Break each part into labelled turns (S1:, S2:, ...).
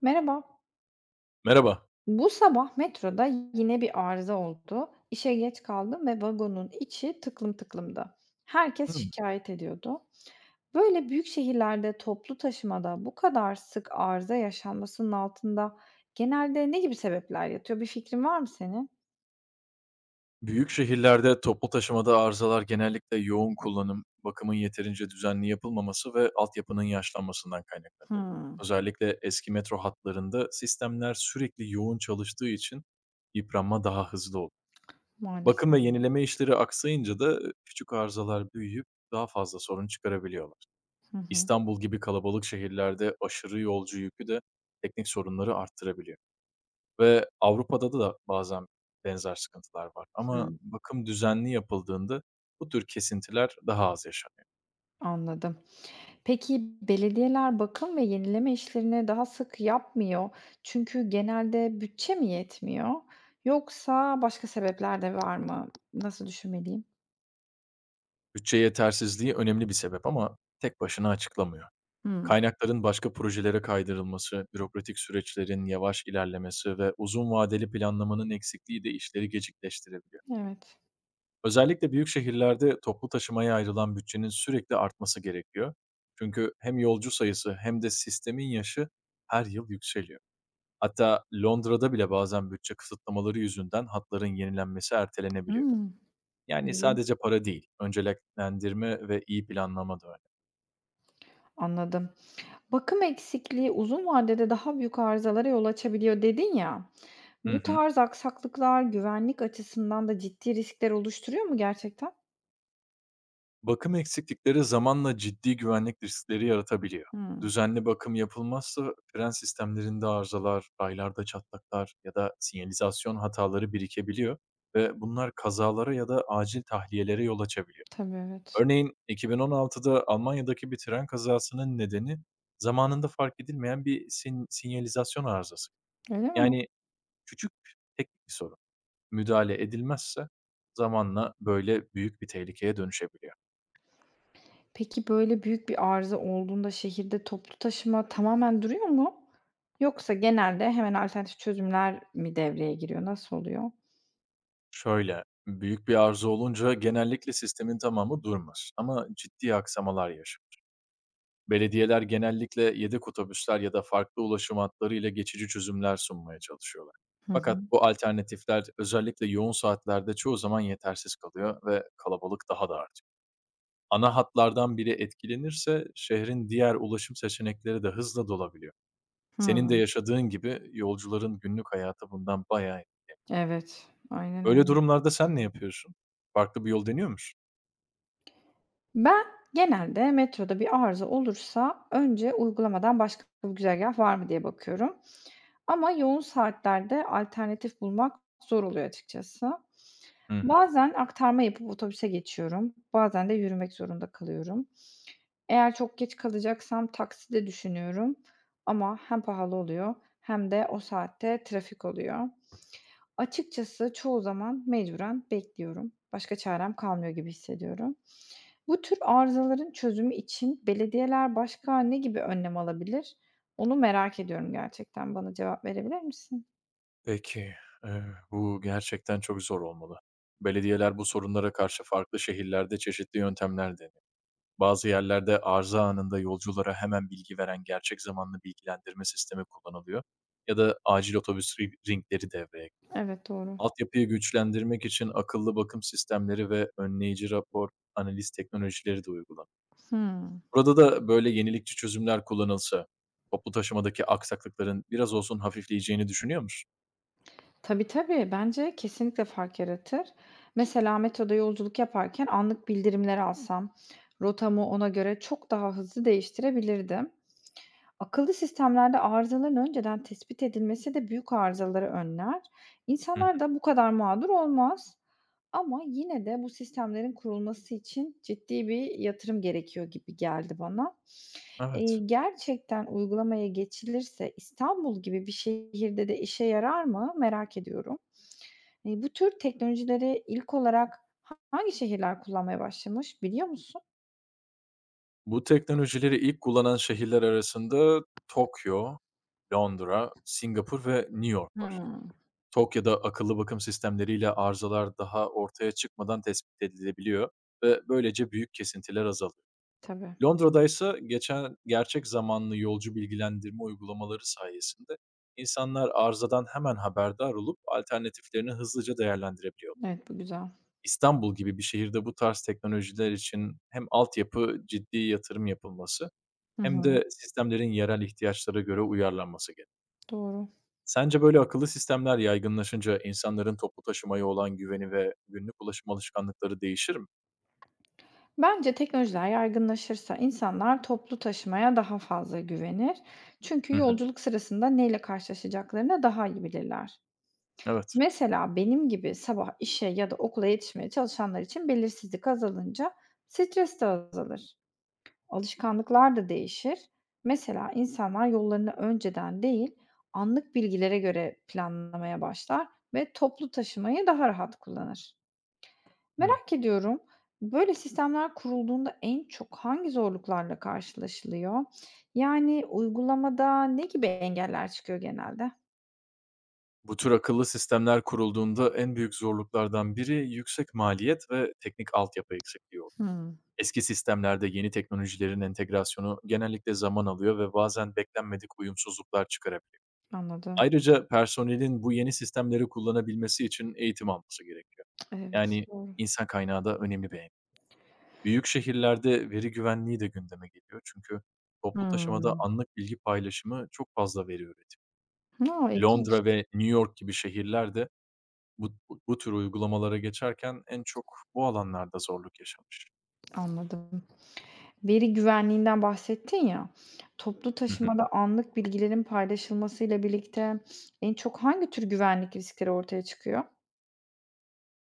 S1: Merhaba.
S2: Merhaba.
S1: Bu sabah metroda yine bir arıza oldu. İşe geç kaldım ve vagonun içi tıklım tıklımdı. Herkes
S2: Hmm.
S1: şikayet ediyordu. Böyle büyük şehirlerde toplu taşımada bu kadar sık arıza yaşanmasının altında genelde ne gibi sebepler yatıyor? Bir fikrin var mı senin?
S2: Büyük şehirlerde toplu taşımada arızalar genellikle yoğun kullanım, bakımın yeterince düzenli yapılmaması ve altyapının yaşlanmasından kaynaklanır.
S1: Hımm.
S2: Özellikle eski metro hatlarında sistemler sürekli yoğun çalıştığı için yıpranma daha hızlı olur. Bakım
S1: Maalesef.
S2: ve yenileme işleri aksayınca da küçük arızalar büyüyüp daha fazla sorun çıkarabiliyorlar.
S1: Hı hı.
S2: İstanbul gibi kalabalık şehirlerde aşırı yolcu yükü de teknik sorunları arttırabiliyor. Ve Avrupa'da da bazen benzer sıkıntılar var ama
S1: Hımm.
S2: bakım düzenli yapıldığında bu tür kesintiler daha az yaşanıyor.
S1: Anladım. Peki, belediyeler bakım ve yenileme işlerini daha sık yapmıyor çünkü genelde bütçe mi yetmiyor yoksa başka sebepler de var mı? Nasıl düşünmeliyim?
S2: Bütçe yetersizliği önemli bir sebep ama tek başına açıklamıyor.
S1: Hımm.
S2: Kaynakların başka projelere kaydırılması, bürokratik süreçlerin yavaş ilerlemesi ve uzun vadeli planlamanın eksikliği de işleri gecikleştirebiliyor.
S1: Evet.
S2: Özellikle büyük şehirlerde toplu taşımaya ayrılan bütçenin sürekli artması gerekiyor. Çünkü hem yolcu sayısı hem de sistemin yaşı her yıl yükseliyor. Hatta Londra'da bile bazen bütçe kısıtlamaları yüzünden hatların yenilenmesi ertelenebiliyor.
S1: Hımm,
S2: Yani sadece
S1: ilginç.
S2: para değil, önceliklendirme ve iyi planlama da önemli.
S1: Anladım. Bakım eksikliği uzun vadede daha büyük arızalara yol açabiliyor dedin ya.
S2: Hı
S1: Bu
S2: hı.
S1: tarz aksaklıklar güvenlik açısından da ciddi riskler oluşturuyor mu gerçekten?
S2: Bakım eksiklikleri zamanla ciddi güvenlik riskleri yaratabiliyor.
S1: Hımm.
S2: Düzenli bakım yapılmazsa fren sistemlerinde arızalar, raylarda çatlaklar ya da sinyalizasyon hataları birikebiliyor ve bunlar kazalara ya da acil tahliyelere yol açabiliyor.
S1: Tabii, evet.
S2: Örneğin 2016'da Almanya'daki bir tren kazasının nedeni zamanında fark edilmeyen bir sinyalizasyon arızası.
S1: Öyle mi?
S2: Yani küçük teknik bir sorun müdahale edilmezse zamanla böyle büyük bir tehlikeye dönüşebiliyor.
S1: Peki, böyle büyük bir arıza olduğunda şehirde toplu taşıma tamamen duruyor mu? Yoksa genelde hemen alternatif çözümler mi devreye giriyor? Nasıl oluyor?
S2: Şöyle, büyük bir arıza olunca genellikle sistemin tamamı durmaz ama ciddi aksamalar yaşanır. Belediyeler genellikle yedek otobüsler ya da farklı ulaşım hatları ile geçici çözümler sunmaya çalışıyorlar.
S1: Hı
S2: Fakat
S1: hı.
S2: bu alternatifler özellikle yoğun saatlerde çoğu zaman yetersiz kalıyor ve kalabalık daha da artıyor. Ana hatlardan biri etkilenirse şehrin diğer ulaşım seçenekleri de hızla dolabiliyor. Senin de
S1: Hımm.
S2: yaşadığın gibi yolcuların günlük hayatı bundan bayağı.
S1: Evet, aynen
S2: Öyle
S1: öyle.
S2: durumlarda sen ne yapıyorsun? Farklı bir yol deniyor musun?
S1: Ben genelde metroda bir arıza olursa önce uygulamadan başka bir güzergah var mı diye bakıyorum ama yoğun saatlerde alternatif bulmak zor oluyor açıkçası.
S2: Hı.
S1: Bazen aktarma yapıp otobüse geçiyorum, bazen de yürümek zorunda kalıyorum. Eğer çok geç kalacaksam taksi de düşünüyorum ama hem pahalı oluyor hem de o saatte trafik oluyor. Açıkçası çoğu zaman mecburen bekliyorum. Başka çarem kalmıyor gibi hissediyorum. Bu tür arızaların çözümü için belediyeler başka ne gibi önlem alabilir? Onu merak ediyorum gerçekten. Bana cevap verebilir misin?
S2: Peki, eee, bu gerçekten çok zor olmalı. Belediyeler bu sorunlara karşı farklı şehirlerde çeşitli yöntemler deniyor. Bazı yerlerde arıza anında yolculara hemen bilgi veren gerçek zamanlı bilgilendirme sistemi kullanılıyor ya da acil otobüs ringleri devreye giriyor.
S1: Evet, doğru.
S2: Altyapıyı güçlendirmek için akıllı bakım sistemleri ve önleyici rapor analiz teknolojileri de uygulanıyor.
S1: Hıı.
S2: Burada da böyle yenilikçi çözümler kullanılsa toplu taşımadaki aksaklıkların biraz olsun hafifleyeceğini düşünüyor musun?
S1: Tabii, tabii. Bence kesinlikle fark yaratır. Mesela metroda yolculuk yaparken anlık bildirimler alsam, rotamı ona göre çok daha hızlı değiştirebilirdim. Akıllı sistemlerde arızaların önceden tespit edilmesi de büyük arızaları önler.
S2: Hı
S1: İnsanlar
S2: hı.
S1: da bu kadar mağdur olmaz. Ama yine de bu sistemlerin kurulması için ciddi bir yatırım gerekiyor gibi geldi bana.
S2: Evet.
S1: Gerçekten uygulamaya geçilirse İstanbul gibi bir şehirde de işe yarar mı merak ediyorum. Bu tür teknolojileri ilk olarak hangi şehirler kullanmaya başlamış biliyor musun?
S2: Bu teknolojileri ilk kullanan şehirler arasında Tokyo, Londra, Singapur ve New York var.
S1: Hımm.
S2: Tokyo'da akıllı bakım sistemleriyle arızalar daha ortaya çıkmadan tespit edilebiliyor ve böylece büyük kesintiler azalıyor.
S1: Tabii.
S2: Londra'da ise geçen gerçek zamanlı yolcu bilgilendirme uygulamaları sayesinde insanlar arızadan hemen haberdar olup alternatiflerini hızlıca değerlendirebiliyor.
S1: Evet, bu güzel.
S2: İstanbul gibi bir şehirde bu tarz teknolojiler için hem altyapı ciddi yatırım yapılması
S1: Hı
S2: hem
S1: hı.
S2: de sistemlerin yerel ihtiyaçlara göre uyarlanması gerek.
S1: Doğru.
S2: Sence böyle akıllı sistemler yaygınlaşınca insanların toplu taşımaya olan güveni ve günlük ulaşım alışkanlıkları değişir mi?
S1: Bence teknolojiler yaygınlaşırsa insanlar toplu taşımaya daha fazla güvenir. Çünkü
S2: Hı hı.
S1: yolculuk sırasında neyle karşılaşacaklarını daha iyi bilirler.
S2: Evet.
S1: Mesela benim gibi sabah işe ya da okula yetişmeye çalışanlar için belirsizlik azalınca stres de azalır. Alışkanlıklar da değişir. Mesela insanlar yollarını önceden değil, anlık bilgilere göre planlamaya başlar ve toplu taşımayı daha rahat kullanır.
S2: Hıı.
S1: Merak ediyorum, böyle sistemler kurulduğunda en çok hangi zorluklarla karşılaşılıyor? Yani uygulamada ne gibi engeller çıkıyor genelde?
S2: Bu tür akıllı sistemler kurulduğunda en büyük zorluklardan biri yüksek maliyet ve teknik altyapı eksikliği oldu.
S1: Hımm.
S2: Eski sistemlerde yeni teknolojilerin entegrasyonu genellikle zaman alıyor ve bazen beklenmedik uyumsuzluklar çıkarabiliyor.
S1: Anladım.
S2: Ayrıca personelin bu yeni sistemleri kullanabilmesi için eğitim alması gerekiyor.
S1: Evet,
S2: Yani
S1: doğru.
S2: insan kaynağı da önemli bir engel. Büyük şehirlerde veri güvenliği de gündeme geliyor çünkü toplu taşımada
S1: Hımm.
S2: anlık bilgi paylaşımı çok fazla veri üretiyor.
S1: A, ilginç.
S2: Londra ve New York gibi şehirlerde bu tür uygulamalara geçerken en çok bu alanlarda zorluk yaşamış.
S1: Anladım. Veri güvenliğinden bahsettin ya, toplu
S2: Hı hı.
S1: taşımada anlık bilgilerin paylaşılmasıyla birlikte en çok hangi tür güvenlik riskleri ortaya çıkıyor?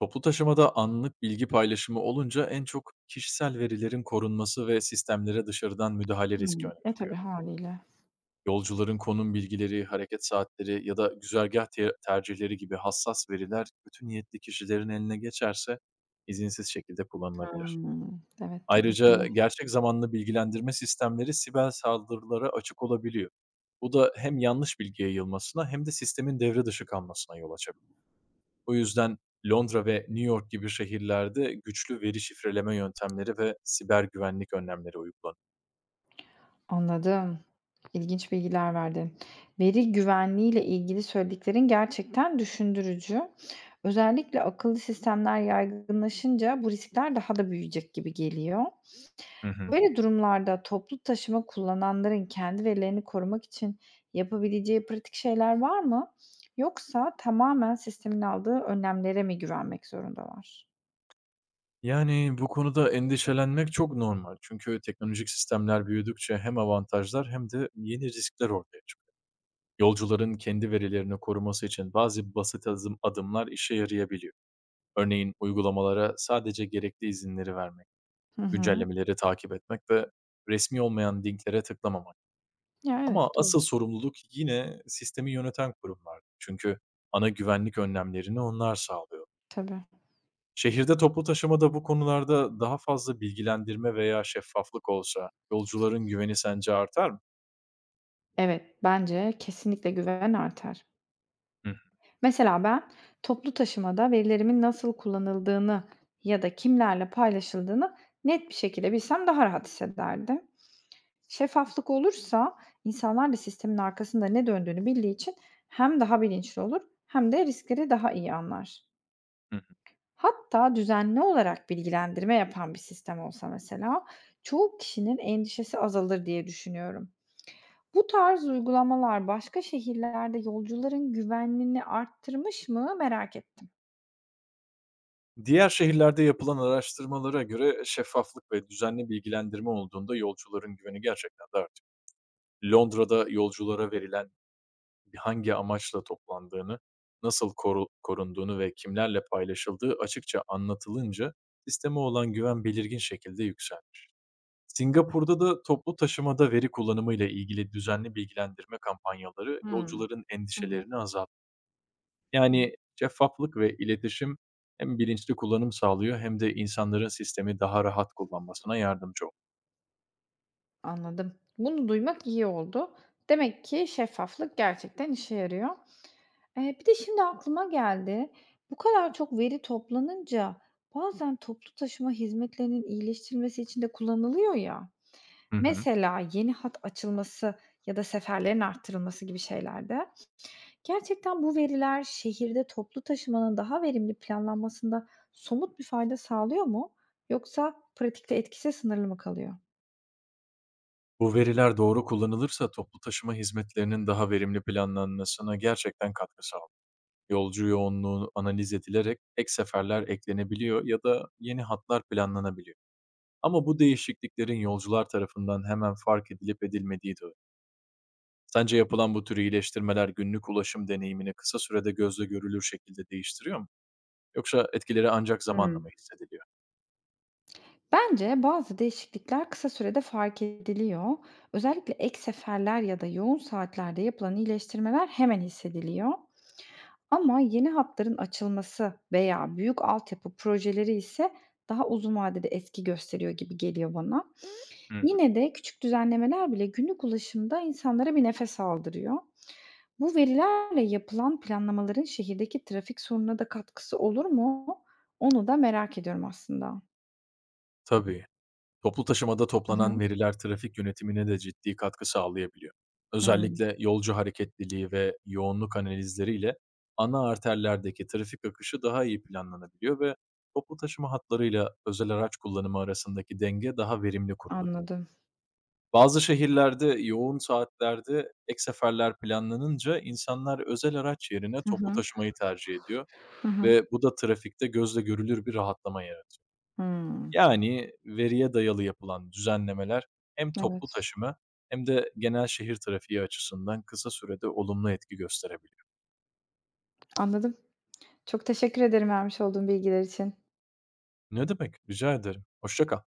S2: Toplu taşımada anlık bilgi paylaşımı olunca en çok kişisel verilerin korunması ve sistemlere dışarıdan müdahale riski öne
S1: E, tabii
S2: çıkıyor.
S1: hâliyle.
S2: Yolcuların konum bilgileri, hareket saatleri ya da güzergah tercihleri gibi hassas veriler kötü niyetli kişilerin eline geçerse izinsiz şekilde kullanılabilir.
S1: Evet, tehlikeli.
S2: Ayrıca gerçek zamanlı bilgilendirme sistemleri siber saldırılara açık olabiliyor. Bu da hem yanlış bilgi yayılmasına hem de sistemin devre dışı kalmasına yol açabilir. O yüzden Londra ve New York gibi şehirlerde güçlü veri şifreleme yöntemleri ve siber güvenlik önlemleri uygulanıyor.
S1: Anladım. İlginç bilgiler verdin. Veri güvenliğiyle ilgili söylediklerin gerçekten düşündürücü. Özellikle akıllı sistemler yaygınlaşınca bu riskler daha da büyüyecek gibi geliyor.
S2: Hı hı.
S1: Böyle durumlarda toplu taşıma kullananların kendi verilerini korumak için yapabileceği pratik şeyler var mı? Yoksa tamamen sistemin aldığı önlemlere mi güvenmek zorundalar?
S2: Yani, bu konuda endişelenmek çok normal. Çünkü teknolojik sistemler büyüdükçe hem avantajlar hem de yeni riskler ortaya çıkıyor. Yolcuların kendi verilerini koruması için bazı basit adımlar işe yarayabiliyor. Örneğin uygulamalara sadece gerekli izinleri vermek,
S1: Hı hı.
S2: güncellemeleri takip etmek ve resmi olmayan linklere tıklamamak.
S1: Ya,
S2: Ama
S1: evet, doğru.
S2: asıl sorumluluk yine sistemi yöneten kurumlar. Çünkü ana güvenlik önlemlerini onlar sağlıyor.
S1: Tabii.
S2: Şehirde toplu taşımada bu konularda daha fazla bilgilendirme veya şeffaflık olsa yolcuların güveni sence artar mı?
S1: Evet, bence kesinlikle güven artar.
S2: Hı hı.
S1: Mesela ben toplu taşımada verilerimin nasıl kullanıldığını ya da kimlerle paylaşıldığını net bir şekilde bilsem daha rahat hissederdim. Şeffaflık olursa insanlar da sistemin arkasında ne döndüğünü bildiği için hem daha bilinçli olur hem de riskleri daha iyi anlar.
S2: Hı.
S1: Hatta düzenli olarak bilgilendirme yapan bir sistem olsa mesela çoğu kişinin endişesi azalır diye düşünüyorum. Bu tarz uygulamalar başka şehirlerde yolcuların güvenliğini arttırmış mı merak ettim.
S2: Diğer şehirlerde yapılan araştırmalara göre şeffaflık ve düzenli bilgilendirme olduğunda yolcuların güveni gerçekten de artıyor. Londra'da yolculara verilen hangi amaçla toplandığını, nasıl korunduğunu ve kimlerle paylaşıldığı açıkça anlatılınca sisteme olan güven belirgin şekilde yükselmiş. Singapur'da da toplu taşımada veri kullanımıyla ilgili düzenli bilgilendirme kampanyaları
S1: Hmm.
S2: yolcuların
S1: Hı.
S2: endişelerini azalttı.
S1: Evet.
S2: Yani şeffaflık ve iletişim hem bilinçli kullanım sağlıyor hem de insanların sistemi daha rahat kullanmasına yardımcı oluyor.
S1: Anladım. Bunu duymak iyi oldu. Demek ki şeffaflık gerçekten işe yarıyor. Bir de şimdi aklıma geldi. Bu kadar çok veri toplanınca bazen toplu taşıma hizmetlerinin iyileştirilmesi için de kullanılıyor ya.
S2: Hı hı.
S1: Mesela yeni hat açılması ya da seferlerin arttırılması gibi şeylerde gerçekten bu veriler şehirde toplu taşımanın daha verimli planlanmasında somut bir fayda sağlıyor mu? Yoksa pratikte etkisi sınırlı mı kalıyor?
S2: Bu veriler doğru kullanılırsa toplu taşıma hizmetlerinin daha verimli planlanmasına gerçekten katkı sağlıyor. Yolcu yoğunluğu analiz edilerek ek seferler eklenebiliyor ya da yeni hatlar planlanabiliyor. Ama bu değişikliklerin yolcular tarafından hemen fark edilip edilmediği de önemli. Sence yapılan bu tür iyileştirmeler günlük ulaşım deneyimini kısa sürede gözle görülür şekilde değiştiriyor mu? Yoksa etkileri ancak zamanla mı
S1: Hmm.
S2: hissediliyor?
S1: Bence bazı değişiklikler kısa sürede fark ediliyor. Özellikle ek seferler ya da yoğun saatlerde yapılan iyileştirmeler hemen hissediliyor. Ama yeni hatların açılması veya büyük altyapı projeleri ise daha uzun vadede etki gösteriyor gibi geliyor bana.
S2: Hı hı.
S1: Yine de küçük düzenlemeler bile günlük ulaşımda insanlara bir nefes aldırıyor. Bu verilerle yapılan planlamaların şehirdeki trafik sorununa da katkısı olur mu? Onu da merak ediyorum aslında.
S2: Tabii. Toplu taşımada
S1: Hı hı.
S2: toplanan veriler trafik yönetimine de ciddi katkı sağlayabiliyor.
S1: Hı.
S2: Özellikle yolcu hareketliliği ve yoğunluk analizleriyle ana arterlerdeki trafik akışı daha iyi planlanabiliyor ve toplu taşıma hatlarıyla özel araç kullanımı arasındaki denge daha verimli kurulabiliyor.
S1: Anladım.
S2: Bazı şehirlerde yoğun saatlerde ek seferler planlanınca insanlar özel araç yerine
S1: Hı
S2: toplu
S1: hı.
S2: taşımayı tercih ediyor
S1: Hı hı.
S2: ve bu da trafikte gözle görülür bir rahatlama yaratıyor.
S1: Hımm.
S2: Yani veriye dayalı yapılan düzenlemeler hem toplu
S1: Evet,
S2: taşıma hem de genel şehir trafiği açısından kısa sürede olumlu etki gösterebiliyor.
S1: anladım. Çok teşekkür ederim vermiş olduğun bilgiler için.
S2: Ne demek? Rica ederim. Hoşça kal.